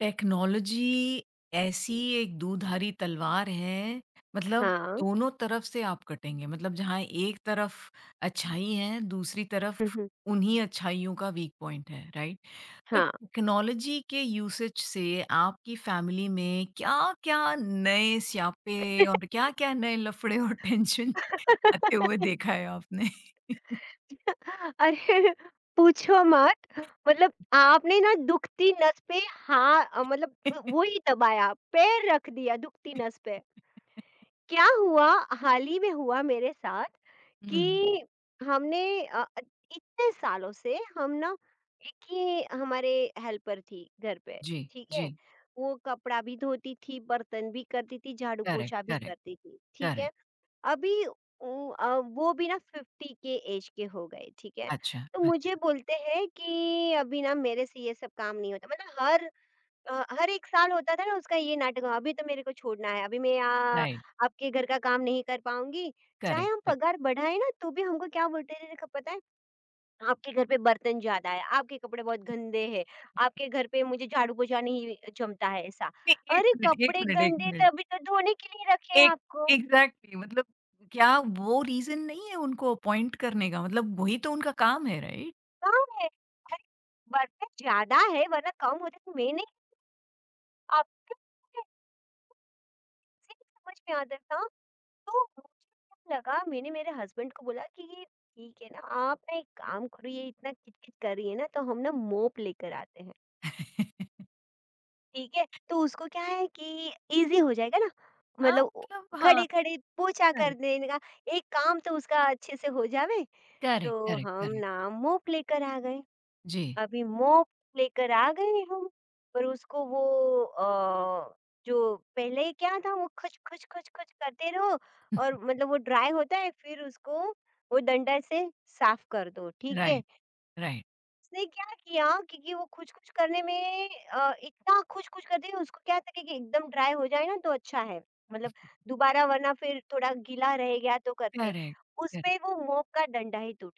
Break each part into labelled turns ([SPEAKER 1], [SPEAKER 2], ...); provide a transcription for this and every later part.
[SPEAKER 1] Technology ऐसी एक दुधारी तलवार है, मतलब
[SPEAKER 2] हाँ,
[SPEAKER 1] दोनों तरफ से आप कटेंगे। मतलब जहाँ एक तरफ अच्छाई है, दूसरी तरफ
[SPEAKER 2] हुँ, हुँ,
[SPEAKER 1] उन्हीं अच्छाइयों का वीक पॉइंट है, राइट? तो
[SPEAKER 2] हाँ।
[SPEAKER 1] टेक्नोलॉजी के यूसेज से आपकी फैमिली में क्या-क्या नए स्यापे और क्या-क्या नए लफड़े और टेंशन आते हुए देखा है आपने?
[SPEAKER 2] अरे! पूछो मत। मतलब आपने ना दुखती नस पे हाँ मतलब वो ही दबाया, पैर रख दिया दुखती नस पे। क्या हुआ हाल ही में हुआ मेरे साथ
[SPEAKER 1] हुँ।
[SPEAKER 2] कि हमने अ, इतने सालों से हम ना एक ही हमारे हेल्पर थी घर पे,
[SPEAKER 1] जी,
[SPEAKER 2] ठीक है?
[SPEAKER 1] जी।
[SPEAKER 2] वो कपड़ा भी धोती थी, बर्तन भी करती थी,
[SPEAKER 1] करेक्ट,
[SPEAKER 2] झाड़ू-पोछा भी
[SPEAKER 1] करेक्ट,
[SPEAKER 2] करती थी, ठीक है?
[SPEAKER 1] करेक्ट।
[SPEAKER 2] अभी वो भी ना 50 के ऐज के हो गए, ठीक है?
[SPEAKER 1] अच्छा,
[SPEAKER 2] तो मुझे
[SPEAKER 1] अच्छा।
[SPEAKER 2] बोलते हैं कि अभी ना मेरे से ये सब काम नहीं होता। मतलब हर 1 साल होता था ना उसका ये नाटक। अभी तो मेरे को छोड़ना है, अभी मैं यहाँ
[SPEAKER 1] राइट,
[SPEAKER 2] आपके घर का काम नहीं कर पाऊँगी। चाहे
[SPEAKER 1] करेक्ट,
[SPEAKER 2] हम
[SPEAKER 1] करेक्ट।
[SPEAKER 2] पगार बढ़ाएँ ना तो भी हमको क्या बोलते थे देखो पता है? आपके घर पे बर्तन ज़्यादा है, आपके कपड़े बहुत गंदे हैं, आपके घर पे मुझे झाड़ू-पोछा नहीं जमता है ऐसा।
[SPEAKER 1] नहीं, 1
[SPEAKER 2] अरे!
[SPEAKER 1] मिनट, 1
[SPEAKER 2] कपड़े
[SPEAKER 1] मिनट, 1
[SPEAKER 2] गंदे तभी
[SPEAKER 1] मिनट।
[SPEAKER 2] तो धोने के लिए रखे हैं
[SPEAKER 1] एक
[SPEAKER 2] आपको।
[SPEAKER 1] एग्ज़ैक्टली मतलब क्या वो रीज़न नहीं है उनको अपॉइंट करने का? मतलब वही तो उनका काम है, राइट?
[SPEAKER 2] कहाँ है? अरे! बर्तन ज़्यादा है, वरना कम होते तो मैंने आपके ऐसे नहीं समझ में आता था। तो मुझे क्या लगा, मैंने मेरे हस्बैंड को बोला कि ये ठीक है ना, आप ना एक काम करो, ये इतना किट-किट कर रही है ना तो हम ना मोप लेकर आते हैं, ठीक है? तो उसको क्या है कि ईज़ी हो जाएगा ना,
[SPEAKER 1] हाँ,
[SPEAKER 2] मतलब ओ
[SPEAKER 1] मतलब हाँ,
[SPEAKER 2] खड़े-खड़े पोछा कर
[SPEAKER 1] करेक्ट,
[SPEAKER 2] देने का एक काम तो उसका अच्छे से हो जावे।
[SPEAKER 1] करेक्ट,
[SPEAKER 2] तो
[SPEAKER 1] करेक्ट,
[SPEAKER 2] हम
[SPEAKER 1] करेक्ट।
[SPEAKER 2] ना मोप लेकर आ गए।
[SPEAKER 1] जी।
[SPEAKER 2] अभी मोप लेकर आ गए हम, पर उसको वो अ, जो पहले क्या था वो खच खच खच खच करते रहो और मतलब वो ड्राई होता है, फिर उसको वो डंडा से साफ कर दो, ठीक है।
[SPEAKER 1] Right, right.
[SPEAKER 2] उसने क्या किया क्योंकि वो खुच खुच करने में इतना खुच खुच करते हैं, उसको क्या था कि एकदम ड्राई हो जाए ना तो अच्छा है। मतलब दोबारा वरना फिर थोड़ा गीला रह गया तो करते
[SPEAKER 1] करेक्ट,
[SPEAKER 2] उस
[SPEAKER 1] करेक्ट।
[SPEAKER 2] पे वो मोप का डंडा ही टूट।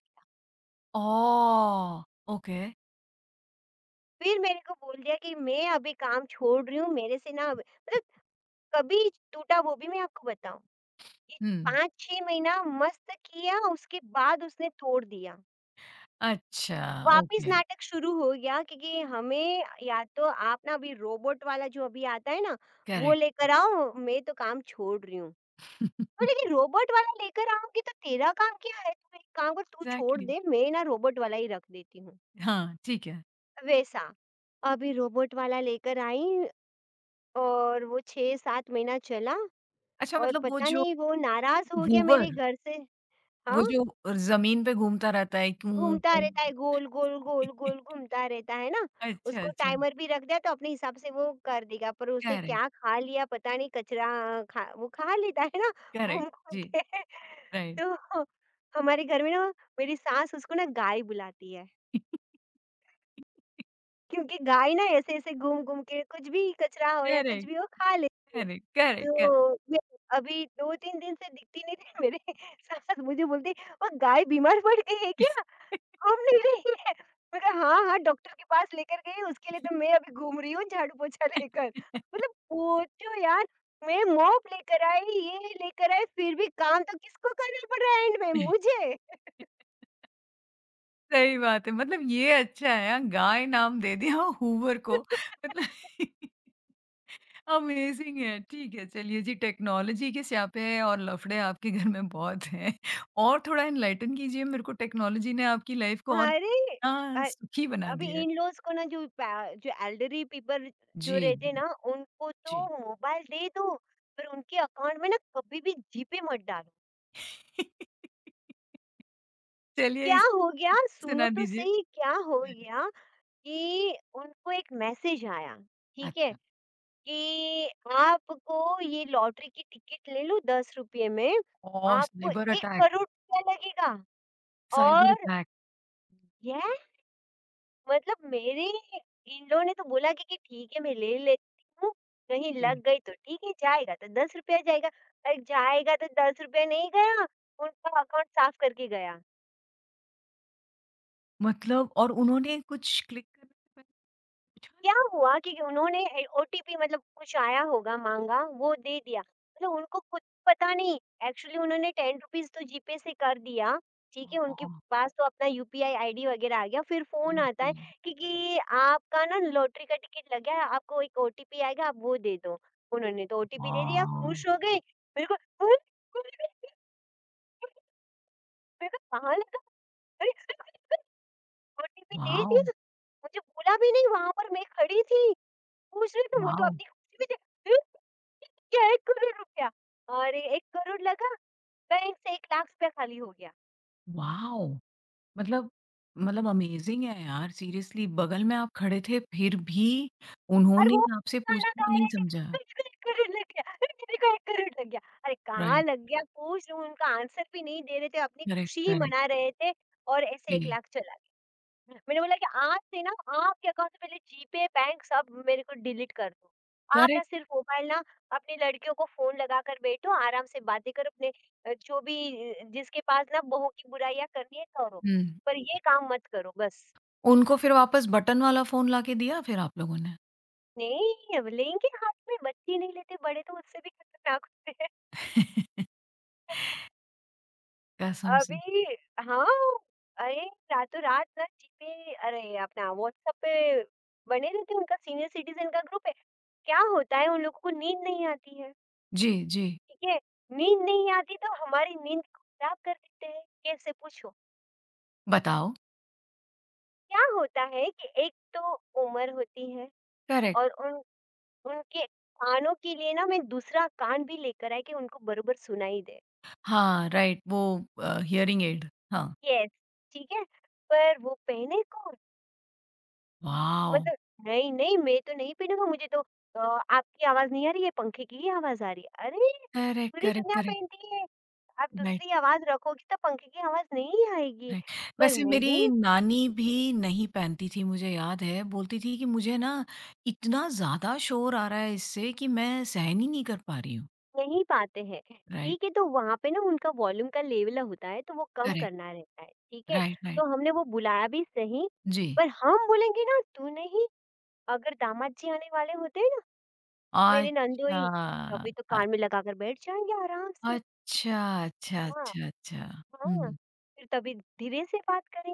[SPEAKER 1] ओह! ओके।
[SPEAKER 2] फिर मेरे को बोल दिया कि मैं अभी काम छोड़ रही हूँ, मेरे से ना अब मतलब। कभी टूटा वो भी मैं आपको बताऊँ, ये
[SPEAKER 1] हुँ।
[SPEAKER 2] 5-6 महीना मस्त किया उसके बाद उसने तोड़ दिया।
[SPEAKER 1] अच्छा,
[SPEAKER 2] वापिस
[SPEAKER 1] ओके,
[SPEAKER 2] नाटक शुरू हो गया क्योंकि हमें, या तो आप ना अभी रोबोट वाला जो अभी आता है ना, वो
[SPEAKER 1] करेक्ट।
[SPEAKER 2] लेकर आओ, मैं तो काम छोड़ रही हूँ।
[SPEAKER 1] एग्ज़ैक्टली।
[SPEAKER 2] बोले कि रोबोट वाला लेकर आऊँगी तो तेरा काम क्या है? तू एक काम कर, तू छोड़ दे, मैं ना रोबोट वाला ही रख देती हूँ,
[SPEAKER 1] हाँ, ठीक है।
[SPEAKER 2] वैसा। अभी रोबोट वाला लेकर आई और वो 6-7 महीना चला
[SPEAKER 1] अच्छा
[SPEAKER 2] और
[SPEAKER 1] मतलब वो
[SPEAKER 2] पता
[SPEAKER 1] जो
[SPEAKER 2] नहीं वो नाराज़ हो गया मेरे
[SPEAKER 1] घूवर,
[SPEAKER 2] घर से।
[SPEAKER 1] वो
[SPEAKER 2] हाँ,
[SPEAKER 1] जो ज़मीन पे घूमता रहता है, क्यों?
[SPEAKER 2] घूमता रहता है। गोल, गोल, गोल, गोल घूमता रहता है ना,
[SPEAKER 1] अच्छा,
[SPEAKER 2] उसको
[SPEAKER 1] अच्छा।
[SPEAKER 2] टाइमर भी रख दिया तो अपने हिसाब से वो कर देगा, पर उसने
[SPEAKER 1] करेक्ट,
[SPEAKER 2] क्या खा लिया पता नहीं कचरा खा, वो खा लेता है ना
[SPEAKER 1] करेक्ट।
[SPEAKER 2] घूम-घूम
[SPEAKER 1] जी,
[SPEAKER 2] के।
[SPEAKER 1] राइट।
[SPEAKER 2] तो हमारे घर में ना मेरी सास उसको ना गाय बुलाती है, क्योंकि गाय ना ऐसे-ऐसे घूम-घूम के कुछ भी कचरा हो या कुछ
[SPEAKER 1] करेक्ट,
[SPEAKER 2] भी हो खा लेती है।
[SPEAKER 1] Correct, correct, correct.
[SPEAKER 2] तो मैं अभी 2-3 दिन से दिखती नहीं थी। मेरे सास मुझे बोलती, "वो गाय बीमार पड़ गई है क्या? घूम नहीं रही है?" मैं कहा, "हाँ, हाँ, डॉक्टर के पास लेकर गई, उसके लिए तो मैं अभी घूम रही हूँ झाड़ू पोछा लेकर।" मतलब पूछो यार, मैं मोप लेकर आई, ये लेकर आई, फिर भी काम तो किसको करना पड़ रहा है एंड में? मुझे।
[SPEAKER 1] सही बात है, मतलब ये अच्छा है हाँ, गाय नाम दे दिया हूवर को मतलब अमेज़िंग है। ठीक है, चलिए जी टेक्नोलॉजी के स्यापे और लफड़े आपके घर में बहुत हैं और थोड़ा एनलाइटन कीजिए मेरे को टेक्नोलॉजी ने आपकी लाइफ़ को और
[SPEAKER 2] अरे!
[SPEAKER 1] कितना
[SPEAKER 2] अ
[SPEAKER 1] सुखी बना
[SPEAKER 2] अभी
[SPEAKER 1] दिया है।
[SPEAKER 2] इन लॉज़ को ना जो एल्डरी पीपल जो
[SPEAKER 1] जी,
[SPEAKER 2] रहते हैं
[SPEAKER 1] जी,
[SPEAKER 2] ना, उनको तो
[SPEAKER 1] जी।
[SPEAKER 2] मोबाइल दे दो, पर उनके अकाउंट में ना कभी भी जीपे मत डालो।
[SPEAKER 1] चलिए
[SPEAKER 2] क्या
[SPEAKER 1] इस
[SPEAKER 2] हो गया? सुनो
[SPEAKER 1] सुना
[SPEAKER 2] तो
[SPEAKER 1] दीजिए।
[SPEAKER 2] सही क्या हो गया कि उनको एक मैसेज आया, ठीक है?
[SPEAKER 1] अच्छा,
[SPEAKER 2] कि आपको ये लॉटरी की टिकट ले लो ₹10 में,
[SPEAKER 1] ओह!
[SPEAKER 2] आपको
[SPEAKER 1] साइबर
[SPEAKER 2] 1
[SPEAKER 1] अटैक।
[SPEAKER 2] करोड़ रुपया लगेगा
[SPEAKER 1] साइबर
[SPEAKER 2] और
[SPEAKER 1] अटैक।
[SPEAKER 2] ये। मतलब मेरे इन लोगों ने तो बोला कि ठीक है मैं ले लेती हूँ, कहीं लग
[SPEAKER 1] जी,
[SPEAKER 2] गई तो ठीक है, जाएगा तो ₹10 जाएगा। अरे जाएगा तो ₹10 नहीं गया, उनका अकाउंट साफ करके गया।
[SPEAKER 1] मतलब और उन्होंने कुछ क्लिक करने से पहले पूछा
[SPEAKER 2] क्या
[SPEAKER 1] नहीं?
[SPEAKER 2] हुआ कि उन्होंने ओटीपी मतलब कुछ आया होगा माँगा, वो दे दिया। मतलब उनको खुद पता नहीं, एक्चुअली उन्होंने ₹10 तो जीपे से कर दिया, ठीक है? उनके
[SPEAKER 1] हाँ,
[SPEAKER 2] पास तो अपना यूपीआई आईडी वगैरह आ गया, फिर फ़ोन
[SPEAKER 1] जी,
[SPEAKER 2] आता है
[SPEAKER 1] जी।
[SPEAKER 2] कि आपका ना लॉटरी का टिकट लग गया है, आपको एक ओटीपी आएगा, आप वो दे दो। उन्होंने तो ओटीपी दे दिया, खुश
[SPEAKER 1] हाँ,
[SPEAKER 2] हो गए। मेरे को अरे! अरे, मेरे को कहाँ लगा? अरे! ओटीपी दे दिया।
[SPEAKER 1] वॉव!
[SPEAKER 2] तो मुझे बोला भी नहीं, वहाँ पर मैं खड़ी थी, पूछ रही तो वो तो
[SPEAKER 1] वॉव!
[SPEAKER 2] अपनी खुशी में थे। क्या 1 करोड़ रुपया! अरे 1 करोड़ लगा, बैंक से 1 लाख रुपया खाली हो गया
[SPEAKER 1] वॉव! मतलब मतलब अमेज़िंग है यार सीरियसली बगल में आप खड़े थे फिर भी
[SPEAKER 2] और
[SPEAKER 1] उन्होंने
[SPEAKER 2] वो
[SPEAKER 1] आपसे
[SPEAKER 2] गाना गा
[SPEAKER 1] पूछना नहीं
[SPEAKER 2] रहे थे,
[SPEAKER 1] समझा।
[SPEAKER 2] मुझको 1 करोड़ लग गया, अरे मेरे को 1 करोड़ लग गया। अरे कहाँ
[SPEAKER 1] राइट,
[SPEAKER 2] लग गया पूछ रही हूँ, उनका आंसर भी नहीं दे रहे थे, अपनी
[SPEAKER 1] करेक्ट,
[SPEAKER 2] खुशी ही
[SPEAKER 1] करेक्ट,
[SPEAKER 2] मना रहे थे और ऐसे 1
[SPEAKER 1] जी,
[SPEAKER 2] लाख चला। मैंने बोला कि आज से ना आपके अकाउंट से पहले जीपे, बैंक सब मेरे को डिलीट कर दो। आप ना
[SPEAKER 1] करेक्ट,
[SPEAKER 2] सिर्फ मोबाइल ना अपनी लड़कियों को फ़ोन लगाकर बैठो, आराम से बातें करो अपने जो भी जिसके पास ना बहू की बुराइयाँ करनी है करो,
[SPEAKER 1] हुँ,
[SPEAKER 2] पर ये काम मत करो बस।
[SPEAKER 1] उनको फिर वापस बटन वाला फ़ोन लाके दिया फिर आप लोगों ने?
[SPEAKER 2] नहीं, अब लेंगे हाथ में, बच्चे नहीं लेते, बड़े तो उससे भी खतरनाक होते हैं।
[SPEAKER 1] कसम से।
[SPEAKER 2] अभी हाँ, अरे रातों-रात ना जीपे, अरे अपना व्हाट्सएप पे बने रहते हैं, उनका सीनियर सिटीज़न का ग्रुप है। क्या होता है उन लोगों को नींद नहीं आती है।
[SPEAKER 1] जी, जी,
[SPEAKER 2] ठीक है? नींद नहीं आती तो हमारी नींद को खराब कर देते हैं, कैसे पूछो?
[SPEAKER 1] बताओ।
[SPEAKER 2] क्या होता है कि एक तो उम्र होती है
[SPEAKER 1] करेक्ट।
[SPEAKER 2] और उन उनके कानों के लिए ना मैं दूसरा कान भी लेकर आई कि उनको बरोबर सुनाई दे।
[SPEAKER 1] हाँ, राइट वो हियरिंग एड। हाँ।
[SPEAKER 2] यस, ठीक है? पर वो पहने कौन?
[SPEAKER 1] वॉव!
[SPEAKER 2] मतलब नहीं, नहीं मैं तो नहीं पहनूँगा मुझे तो अ, आपकी आवाज़ नहीं आ रही है, पंखे की ही आवाज़ आ रही है। अरे!
[SPEAKER 1] करेक्ट,
[SPEAKER 2] पूरी
[SPEAKER 1] करेक्ट,
[SPEAKER 2] दुनिया
[SPEAKER 1] करेक्ट,
[SPEAKER 2] पहनती है, आप
[SPEAKER 1] राइट,
[SPEAKER 2] दूसरी आवाज़ रखोगी तो पंखे की आवाज़ नहीं आएगी।
[SPEAKER 1] राइट।
[SPEAKER 2] पर
[SPEAKER 1] वैसे मेरी
[SPEAKER 2] नहीं,
[SPEAKER 1] नानी भी नहीं पहनती थी मुझे याद है, बोलती थी कि मुझे ना इतना ज़्यादा शोर आ रहा है इससे कि मैं सहन ही नहीं कर पा रही हूँ।
[SPEAKER 2] नहीं पाते हैं,
[SPEAKER 1] राइट,
[SPEAKER 2] ठीक है, तो वहाँ पे ना उनका वॉल्यूम का लेवल होता है, तो वो कम
[SPEAKER 1] करेक्ट,
[SPEAKER 2] करना रहता है, ठीक है?
[SPEAKER 1] राइट,
[SPEAKER 2] तो
[SPEAKER 1] राइट।
[SPEAKER 2] हमने वो बुलाया भी सही,
[SPEAKER 1] जी।
[SPEAKER 2] पर हम बोलेंगे ना, "तू नहीं, अगर दामाद जी आने वाले होते हैं ना, मेरे
[SPEAKER 1] अच्छा।
[SPEAKER 2] नंदोई, तभी तो
[SPEAKER 1] अ,
[SPEAKER 2] कान में लगाकर बैठ जाएँगे आराम से।
[SPEAKER 1] अच्छा, अच्छा,
[SPEAKER 2] हाँ,
[SPEAKER 1] अच्छा, अच्छा।
[SPEAKER 2] हाँ,
[SPEAKER 1] हुँ,
[SPEAKER 2] फिर तभी धीरे से बात करें,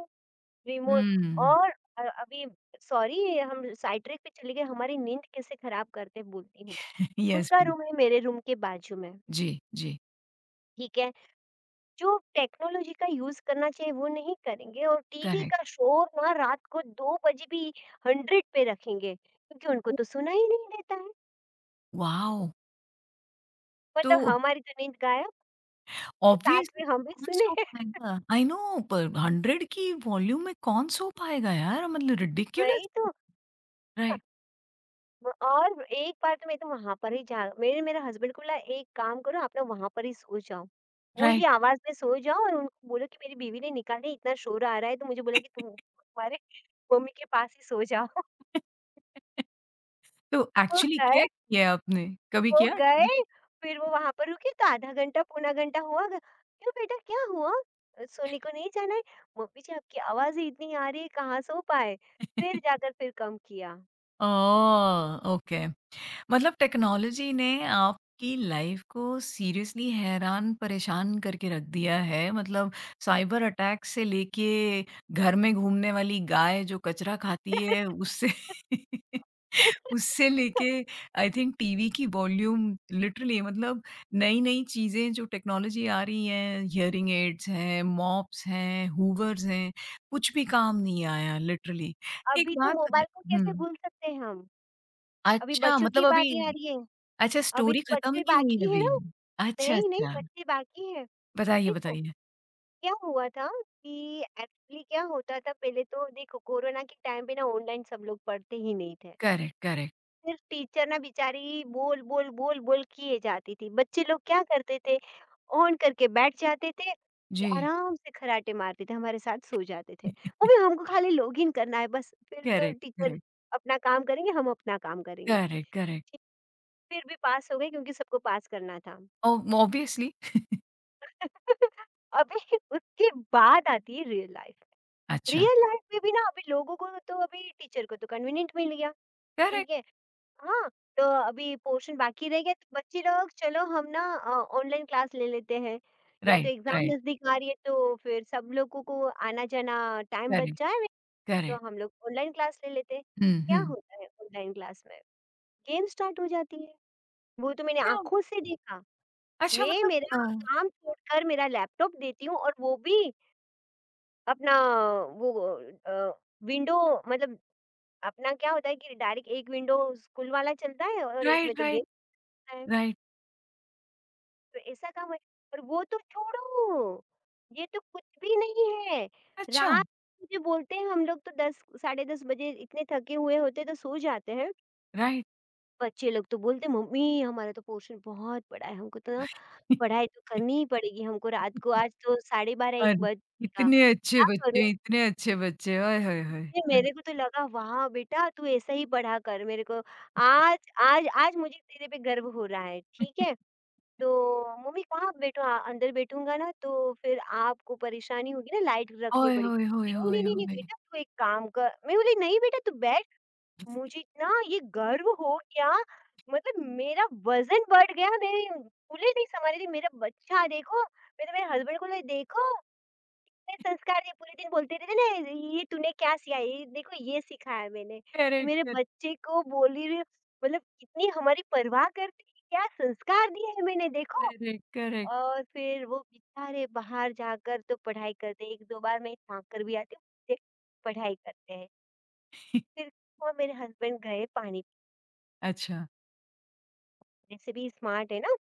[SPEAKER 2] रिमो
[SPEAKER 1] हुँ।
[SPEAKER 2] और अभी सॉरी हम साइड ट्रैक पे चले गए, हमारी नींद कैसे खराब करते", बोलती हूँ मैं।
[SPEAKER 1] येस,
[SPEAKER 2] उनका
[SPEAKER 1] प्लीज़।
[SPEAKER 2] रूम है मेरे रूम के बाजू में,
[SPEAKER 1] जी, जी,
[SPEAKER 2] ठीक है? जो टेक्नोलॉजी का यूज़ करना चाहिए वो नहीं करेंगे और टीवी
[SPEAKER 1] करेक्ट।
[SPEAKER 2] का शोर ना रात को 2 बजे भी 100 पे रखेंगे, क्योंकि उनको तो सुना ही नहीं देता है।
[SPEAKER 1] वॉव! तो
[SPEAKER 2] मतलब हमारी तो नींद गायब, साथ
[SPEAKER 1] ऑब्वियस
[SPEAKER 2] में हम भी
[SPEAKER 1] कौन
[SPEAKER 2] सुने
[SPEAKER 1] सो
[SPEAKER 2] हैं,
[SPEAKER 1] पाएगा? आई नो पर 100 की वॉल्यूम में कौन सो पाएगा यार? मतलब
[SPEAKER 2] वही
[SPEAKER 1] रिडिक्युलस।
[SPEAKER 2] तो।
[SPEAKER 1] राइट,
[SPEAKER 2] व और एक बार तो मैं तो वहाँ पर ही जा, मैंने मेरे हस्बैंड को बोला एक काम करो आप ना वहाँ पर ही सो जाओ। वो ही
[SPEAKER 1] राइट।
[SPEAKER 2] आवाज़ में सो जाओ और उनको बोलो कि मेरी बीवी ने निकाले इतना शोर आ रहा है, तो मुझे बोला कि तुम्हारे मम्मी के पास ही सो जाओ।
[SPEAKER 1] तो
[SPEAKER 2] वो
[SPEAKER 1] एक्चुअली
[SPEAKER 2] गए
[SPEAKER 1] किया है आपने? कभी
[SPEAKER 2] वो
[SPEAKER 1] किया?
[SPEAKER 2] गए, फिर वो वहाँ पर रुके तो आधा घंटा, पौना घंटा हुआ। ग "क्यों बेटा क्या हुआ? सोने को नहीं जाना है?" "मम्मी जी आपकी आवाज़ ही इतनी आ रही है, कहाँ सो पाए?" फिर जाकर फिर कम किया।
[SPEAKER 1] ओह! ओके। मतलब टेक्नोलॉजी ने आपकी लाइफ को सीरियसली हैरान परेशान करके रख दिया है मतलब साइबर अटैक से लेके घर में घूमने वाली गाय जो कचरा खाती है उससे उससे लेके आई थिंक टीवी की वॉल्यूम लिटरली मतलब नई नई चीज़ें जो टेक्नोलॉजी आ रही हैं हियरिंग एड्स हैं मॉप्स हैं हूवर्स हैं कुछ भी काम नहीं आया लिटरली। एक
[SPEAKER 2] अभी तो
[SPEAKER 1] बात बता-,
[SPEAKER 2] मोबाइल को कैसे
[SPEAKER 1] हम्म,
[SPEAKER 2] भूल सकते हैं हम? अभी
[SPEAKER 1] अच्छा
[SPEAKER 2] बच्चों
[SPEAKER 1] मतलब
[SPEAKER 2] की
[SPEAKER 1] अभी
[SPEAKER 2] बारी आ रही है,
[SPEAKER 1] अच्छा
[SPEAKER 2] अभी
[SPEAKER 1] स्टोरी
[SPEAKER 2] तो
[SPEAKER 1] खत्म
[SPEAKER 2] बच्चे
[SPEAKER 1] नहीं हुई
[SPEAKER 2] बाकी है
[SPEAKER 1] अभी?
[SPEAKER 2] ना?
[SPEAKER 1] अच्छा,
[SPEAKER 2] नहीं, नहीं
[SPEAKER 1] अच्छा।
[SPEAKER 2] बच्चे बाकी हैं।
[SPEAKER 1] बताइए,
[SPEAKER 2] देखो
[SPEAKER 1] बताइए।
[SPEAKER 2] क्या हुआ था कि एक्चुअली क्या होता था पहले तो देखो कोरोना के टाइम पे ना ऑनलाइन सब लोग पढ़ते ही नहीं थे।
[SPEAKER 1] Correct, correct.
[SPEAKER 2] फिर टीचर ना बेचारी बोल, बोल, बोल, बोल किए जाती थी। बच्चे लोग क्या करते थे, ऑन करके बैठ जाते थे, फिर
[SPEAKER 1] जी।
[SPEAKER 2] आराम से खर्राटे मारते थे, हमारे साथ सो जाते थे। वो भी हमको खाली लॉगिन करना है बस, फिर तो
[SPEAKER 1] करेक्ट,
[SPEAKER 2] टीचर
[SPEAKER 1] करेक्ट,
[SPEAKER 2] अपना काम करेंगे, हम अपना काम करेंगे।
[SPEAKER 1] Correct, correct.
[SPEAKER 2] फिर भी पास हो गए क्योंकि सबको पास करना था।
[SPEAKER 1] ऑब ऑब्वियसली।
[SPEAKER 2] अभी उसके बाद आती है रियल लाइफ।
[SPEAKER 1] अच्छा,
[SPEAKER 2] रियल लाइफ में भी ना अभी लोगों को तो अभी टीचर को तो कन्वीनिएंट मिल गया, ठीक
[SPEAKER 1] करेक्ट,
[SPEAKER 2] है। हाँ, तो अभी पोर्शन बाकी रह गया तो बच्चे लोग चलो हम ना ऑनलाइन क्लास ले लेते हैं, या तो
[SPEAKER 1] राइट,
[SPEAKER 2] एग्जाम
[SPEAKER 1] राइट,
[SPEAKER 2] नजदीक आ रही है तो फिर सब लोगों को आना जाना, टाइम बच
[SPEAKER 1] करेक्ट,
[SPEAKER 2] जाए, तो
[SPEAKER 1] करेक्ट।
[SPEAKER 2] हम लोग ऑनलाइन क्लास ले लेते हैं।
[SPEAKER 1] हुँ,
[SPEAKER 2] क्या
[SPEAKER 1] हुँ।
[SPEAKER 2] होता है ऑनलाइन क्लास में गेम स्टार्ट हो जाती है, वो तो मैंने
[SPEAKER 1] क्या
[SPEAKER 2] आंखों से देखा।
[SPEAKER 1] अच्छा
[SPEAKER 2] मैं
[SPEAKER 1] मतलब
[SPEAKER 2] मेरा काम छोड़कर मेरा लैपटॉप देती हूँ और वो भी अपना वो विंडो मतलब अपना क्या होता है कि डायरेक्ट एक विंडो स्कूल वाला चलता है और एक
[SPEAKER 1] राइट,
[SPEAKER 2] में तो
[SPEAKER 1] राइट,
[SPEAKER 2] गेम।
[SPEAKER 1] राइट।
[SPEAKER 2] तो ऐसा काम है और वो तो छोड़ो, ये तो कुछ भी नहीं है।
[SPEAKER 1] अच्छा,
[SPEAKER 2] रात मुझे बोलते हैं, हम लोग तो 10 साढ़े 10 बजे इतने थके हुए होते हैं तो सो जाते हैं।
[SPEAKER 1] राइट।
[SPEAKER 2] बच्चे लोग तो बोलते हैं, मम्मी हमारा तो पोर्शन बहुत बड़ा है, हमको तो ना पढ़ाई तो करनी ही पड़ेगी, हमको रात को आज तो साढ़े 12 1
[SPEAKER 1] अरे!
[SPEAKER 2] बज जाएगा, क्या करूँ?
[SPEAKER 1] इतने अच्छे बच्चे, आय हाय हाय!
[SPEAKER 2] फिर
[SPEAKER 1] हाँ।
[SPEAKER 2] मेरे को तो लगा वाह बेटा तू ऐसा ही पढ़ा कर मेरे को आज आज आज मुझे तेरे पे गर्व हो रहा है, ठीक है? तो मम्मी कहाँ बैठो अंदर बैठूँगा ना तो फिर आपको परेशानी होगी ना लाइट रखनी
[SPEAKER 1] ओए
[SPEAKER 2] पड़ेगी।
[SPEAKER 1] होए होए
[SPEAKER 2] नहीं, नहीं,
[SPEAKER 1] होए
[SPEAKER 2] नहीं, नहीं
[SPEAKER 1] होए!
[SPEAKER 2] बेटा तू एक काम कर, मैं बोली नहीं बेटा तू बैठ। मुझे इतना ये गर्व हो गया मतलब मेरा वज़न बढ़ गया, मैं फूले नहीं समा रही थी मेरा बच्चा देखो, मैं तो मेरे हस्बैंड को बोली देखो, मेरे संस्कार ये पूरे दिन बोलते रहते ना ये तूने क्या सिया ये देखो ये सिखाया मैंने, कि
[SPEAKER 1] करेक्ट,
[SPEAKER 2] मेरे
[SPEAKER 1] करेक्ट,
[SPEAKER 2] बच्चे को बोली रही मतलब इतनी हमारी परवाह करती है, क्या संस्कार दिए हैं मैंने देखो।
[SPEAKER 1] Correct, correct.
[SPEAKER 2] और फिर वो बेचारे बाहर जाकर तो पढ़ाई करते हैं, 1-2 बार मैं झाँककर भी आती हूँ, फिर पढ़ाई करते हैं। फिर वो मेरे हस्बैंड गए पानी
[SPEAKER 1] अच्छा,
[SPEAKER 2] पीने, जैसे भी स्मार्ट है ना,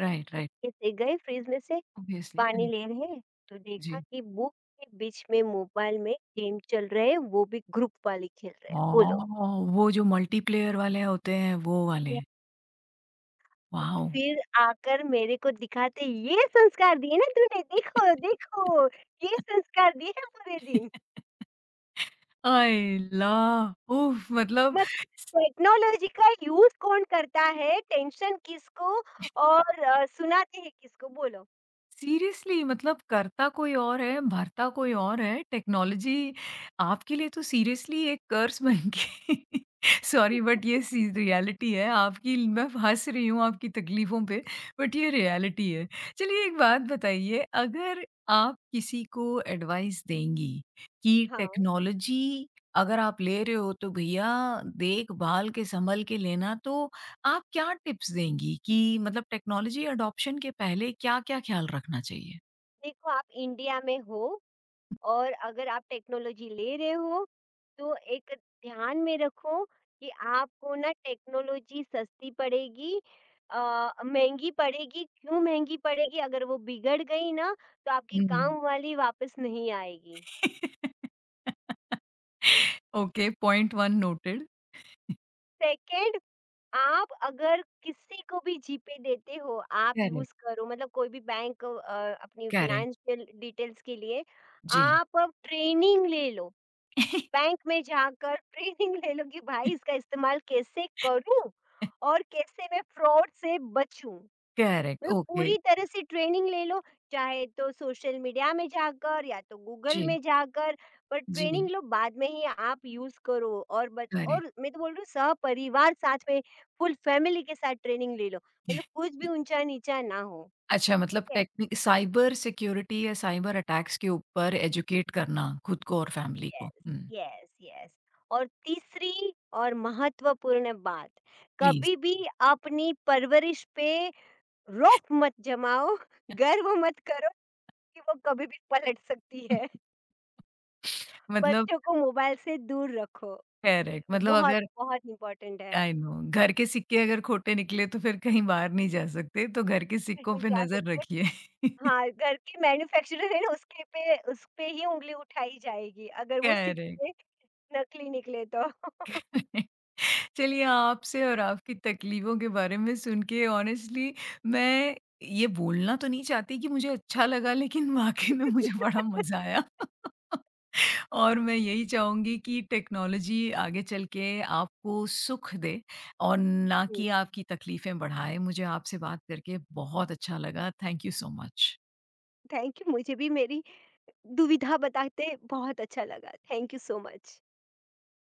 [SPEAKER 1] राइट, राइट,
[SPEAKER 2] चुपके से गए फ्रिज में से
[SPEAKER 1] ऑब्वियसली।
[SPEAKER 2] पानी ले रहे हैं, तो देखा
[SPEAKER 1] जी।
[SPEAKER 2] कि बुक के बीच में मोबाइल में गेम चल रहे हैं, वो भी ग्रुप वाली खेल रहे हैं, बोलो।
[SPEAKER 1] ओह! वो जो मल्टीप्लेयर वाले होते हैं, वो वाले?
[SPEAKER 2] वाह! और
[SPEAKER 1] वॉव!
[SPEAKER 2] फिर आकर मेरे को दिखाते, "ये संस्कार दिए ना तूने, देखो, देखो, ये संस्कार दिए हैं पूरे दिन।"
[SPEAKER 1] आई ला! उफ़! मतलब
[SPEAKER 2] मतलब टेक्नोलॉजी का यूज़ कौन करता है, टेंशन किसको और सुनाते हैं किसको? बोलो?
[SPEAKER 1] सीरियसली मतलब करता कोई और है, भरता कोई और है, टेक्नोलॉज़ी आपके लिए तो सीरियसली एक कर्स बन के सॉरी बट ये सी रियलिटी है आपकी मैं हँस रही हूँ आपकी तकलीफ़ों पे, बट ये रियलिटी है। चलिए एक बात बताइए, अगर आप किसी को एडवाइस देंगी कि
[SPEAKER 2] हाँ,
[SPEAKER 1] टेक्नोलॉज़ी अगर आप ले रहे हो तो भैया देखभाल के संभल के लेना तो आप क्या टिप्स देंगी कि मतलब टेक्नोलॉजी अडॉप्शन के पहले क्या-क्या ख़्याल रखना चाहिए?
[SPEAKER 2] देखो आप इंडिया में हो और अगर आप टेक्नोलॉजी ले रहे हो, तो एक ध्यान में रखो कि आपको ना टेक्नोलॉजी सस्ती पड़ेगी अ, महँगी पड़ेगी। क्यों महँगी पड़ेगी? अगर वो बिगड़ गई ना, तो आपके
[SPEAKER 1] हुँ।
[SPEAKER 2] काम वाली वापस नहीं आएगी।
[SPEAKER 1] Okay, point 1 noted.
[SPEAKER 2] सेकंड, आप अगर किसी को भी जीपे देते हो, आप
[SPEAKER 1] करेक्ट,
[SPEAKER 2] यूज़ करो मतलब कोई भी बैंक अपनी
[SPEAKER 1] करेक्ट,
[SPEAKER 2] फ़ाइनेंशियल डिटेल्स के लिए
[SPEAKER 1] जी।
[SPEAKER 2] आप अब ट्रेनिंग ले लो। बैंक में जाकर ट्रेनिंग ले लो कि भाई इसका इस्तेमाल कैसे करूँ और कैसे मैं फ्रॉड से बचूँ?
[SPEAKER 1] करेक्ट,
[SPEAKER 2] मतलब
[SPEAKER 1] ओके,
[SPEAKER 2] पूरी तरह से ट्रेनिंग ले लो, चाहे तो सोशल मीडिया में जाकर या तो गूगल
[SPEAKER 1] जी,
[SPEAKER 2] में जाकर, पर ट्रेनिंग
[SPEAKER 1] जी,
[SPEAKER 2] लो बाद में ही आप यूज़ करो। और बत
[SPEAKER 1] करेक्ट।
[SPEAKER 2] और मैं तो बोल रही हूँ सपरिवार साथ में फुल फैमिली के साथ ट्रेनिंग ले लो, मतलब कुछ भी ऊँचा-नीचा ना हो,
[SPEAKER 1] अच्छा
[SPEAKER 2] ठीक
[SPEAKER 1] मतलब
[SPEAKER 2] है?
[SPEAKER 1] टेक्निक साइबर सिक्योरिटी या साइबर अटैक्स के ऊपर एजुकेट करना खुद को और फैमिली को।
[SPEAKER 2] यस,
[SPEAKER 1] हुँ,
[SPEAKER 2] यस, यस। और तीसरी और महत्वपूर्ण बात,
[SPEAKER 1] प्लीज़।
[SPEAKER 2] कभी भी अपनी परवरिश पे रोफ मत जमाओ, गर्व मत करो कि वो कभी भी पलट सकती है।
[SPEAKER 1] मतलब
[SPEAKER 2] बच्चों को मोबाइल से दूर रखो,
[SPEAKER 1] करेक्ट मतलब
[SPEAKER 2] बहुत,
[SPEAKER 1] अगर
[SPEAKER 2] बहुत इम्पोर्टेंट है।
[SPEAKER 1] आई नो घर के सिक्के अगर खोटे निकले तो फिर कहीं बाहर नहीं जा सकते, तो घर के सिक्कों पे
[SPEAKER 2] जा
[SPEAKER 1] नज़र
[SPEAKER 2] सकते हैं,
[SPEAKER 1] रखिए।
[SPEAKER 2] हाँ, घर के मैन्युफैक्चरर है ना उसके पे उसपे ही उँगली उठाई जाएगी, अगर वो
[SPEAKER 1] करेक्ट।
[SPEAKER 2] सिक्के नकली निकले तो।
[SPEAKER 1] चलिए आपसे और आपकी तकलीफ़ों के बारे में सुन के ऑनेस्टली मैं ये बोलना तो नहीं चाहती कि मुझे अच्छा लगा लेकिन वाक़ई में मुझे बड़ा मज़ा आया। और मैं यही चाहूँगी कि टेक्नोलॉज़ी आगे चल के आपको सुख दे और ना
[SPEAKER 2] हुँ,
[SPEAKER 1] कि आपकी तकलीफ़ें बढ़ाए। मुझे आपसे बात करके बहुत अच्छा लगा। Thank you so much.
[SPEAKER 2] Thank you, मुझे भी मेरी दुविधा बताते बहुत अच्छा लगा। Thank you so much.